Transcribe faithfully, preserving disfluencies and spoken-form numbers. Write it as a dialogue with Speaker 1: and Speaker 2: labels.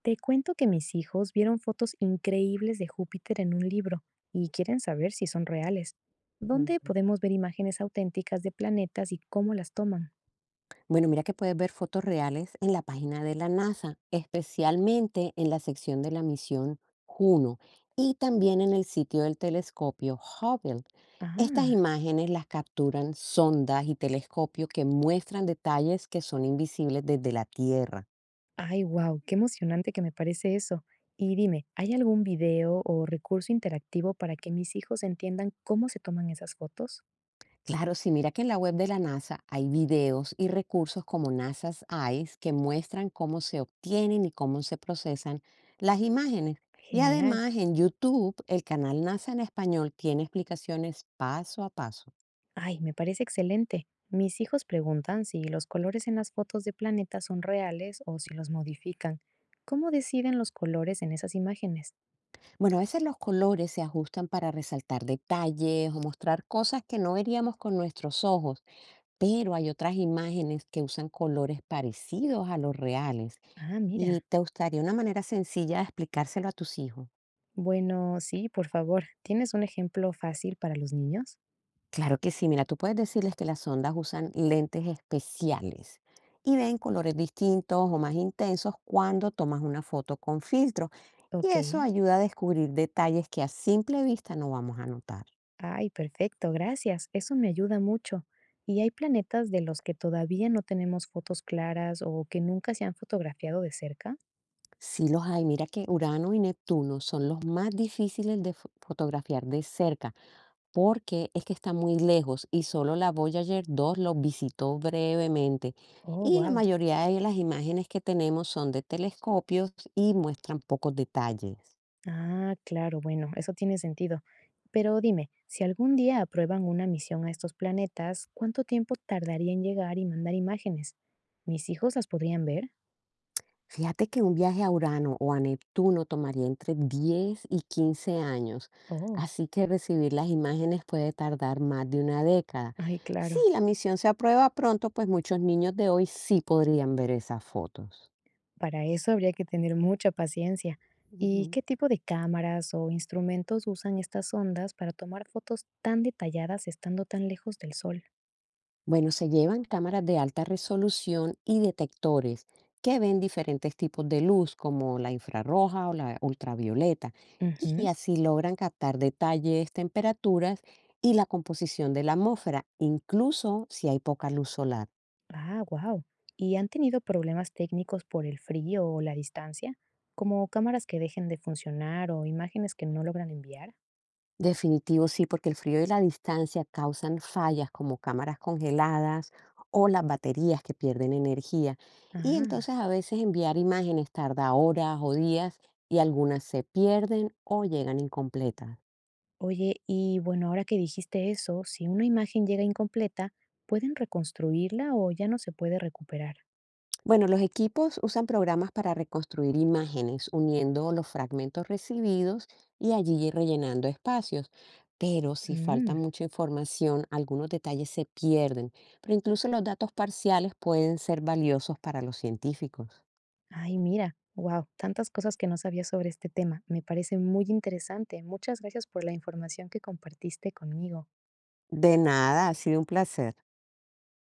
Speaker 1: Te cuento que mis hijos vieron fotos increíbles de Júpiter en un libro y quieren saber si son reales. ¿Dónde
Speaker 2: Ujú.
Speaker 1: podemos ver imágenes auténticas de planetas y cómo las toman?
Speaker 2: Bueno, mira que puedes ver fotos reales en la página de la NASA, especialmente en la sección de la misión Juno, y también en el sitio del telescopio Hubble. Estas
Speaker 1: Ah,
Speaker 2: imágenes las capturan sondas y telescopios que muestran detalles que son invisibles desde la Tierra.
Speaker 1: ay, wow, qué emocionante que me parece eso. Y dime, ¿hay algún video o recurso interactivo para que mis hijos entiendan cómo se toman esas fotos?
Speaker 2: Claro, sí, mira que en la web de la NASA hay videos y recursos como NASA's Eyes que muestran cómo se obtienen y cómo se procesan las imágenes. Y
Speaker 1: Genial.
Speaker 2: además en YouTube, el canal NASA en español tiene explicaciones paso a paso.
Speaker 1: Ay, me parece excelente. Mis hijos preguntan si los colores en las fotos de planetas son reales o si los modifican. ¿Cómo deciden los colores en esas imágenes?
Speaker 2: Bueno, a veces los colores se ajustan para resaltar detalles o mostrar cosas que no veríamos con nuestros ojos, pero hay otras imágenes que usan colores parecidos a los reales.
Speaker 1: Ah, mira.
Speaker 2: ¿Y te gustaría una manera sencilla de explicárselo a tus hijos?
Speaker 1: Bueno, sí, por favor. ¿Tienes un ejemplo fácil para los niños?
Speaker 2: Claro que sí, mira, tú puedes decirles que las sondas usan lentes especiales y ven colores distintos o más intensos cuando tomas una foto con filtro, y
Speaker 1: Ok.
Speaker 2: eso ayuda a descubrir detalles que a simple vista no vamos a notar.
Speaker 1: Ay, perfecto, gracias. Eso me ayuda mucho. ¿Y hay planetas de los que todavía no tenemos fotos claras o que nunca se han fotografiado de cerca?
Speaker 2: Sí los hay, mira que Urano y Neptuno son los más difíciles de fo- fotografiar de cerca, porque es que está muy lejos y solo la Voyager dos lo visitó brevemente.
Speaker 1: Oh,
Speaker 2: Y la
Speaker 1: wow.
Speaker 2: mayoría de las imágenes que tenemos son de telescopios y muestran pocos detalles.
Speaker 1: Ah, claro, bueno, eso tiene sentido. Pero dime, si algún día aprueban una misión a estos planetas, ¿cuánto tiempo tardaría en llegar y mandar imágenes? ¿Mis hijos las podrían ver?
Speaker 2: Fíjate que un viaje a Urano o a Neptuno tomaría entre diez y quince años,
Speaker 1: Oh,
Speaker 2: así que recibir las imágenes puede tardar más de una década.
Speaker 1: ay,
Speaker 2: Si
Speaker 1: claro.
Speaker 2: la misión se aprueba pronto, pues muchos niños de hoy sí podrían ver esas fotos.
Speaker 1: Para eso habría que tener mucha paciencia. ¿Y
Speaker 2: Ujú.
Speaker 1: qué tipo de cámaras o instrumentos usan estas ondas para tomar fotos tan detalladas estando tan lejos del Sol?
Speaker 2: Bueno, se llevan cámaras de alta resolución y detectores que ven diferentes tipos de luz, como la infrarroja o la ultravioleta, y
Speaker 1: Ujú.
Speaker 2: así logran captar detalles, temperaturas y la composición de la atmósfera, incluso si hay poca luz solar.
Speaker 1: Ah, wow. ¿Y han tenido problemas técnicos por el frío o la distancia? Como cámaras que dejen de funcionar o imágenes que no logran enviar.
Speaker 2: Definitivo, sí, porque el frío y la distancia causan fallas como cámaras congeladas o las baterías que pierden energía. Y
Speaker 1: Ah,
Speaker 2: entonces a veces enviar imágenes tarda horas o días, y algunas se pierden o llegan incompletas.
Speaker 1: oye, y bueno, ahora que dijiste eso, si una imagen llega incompleta, ¿pueden reconstruirla o ya no se puede recuperar?
Speaker 2: Bueno, los equipos usan programas para reconstruir imágenes, uniendo los fragmentos recibidos y allí rellenando espacios. Pero si falta
Speaker 1: Mm,
Speaker 2: mucha información, algunos detalles se pierden, pero incluso los datos parciales pueden ser valiosos para los científicos.
Speaker 1: ay, mira, wow, tantas cosas que no sabía sobre este tema. Me parece muy interesante. Muchas gracias por la información que compartiste conmigo.
Speaker 2: De nada, ha sido un placer.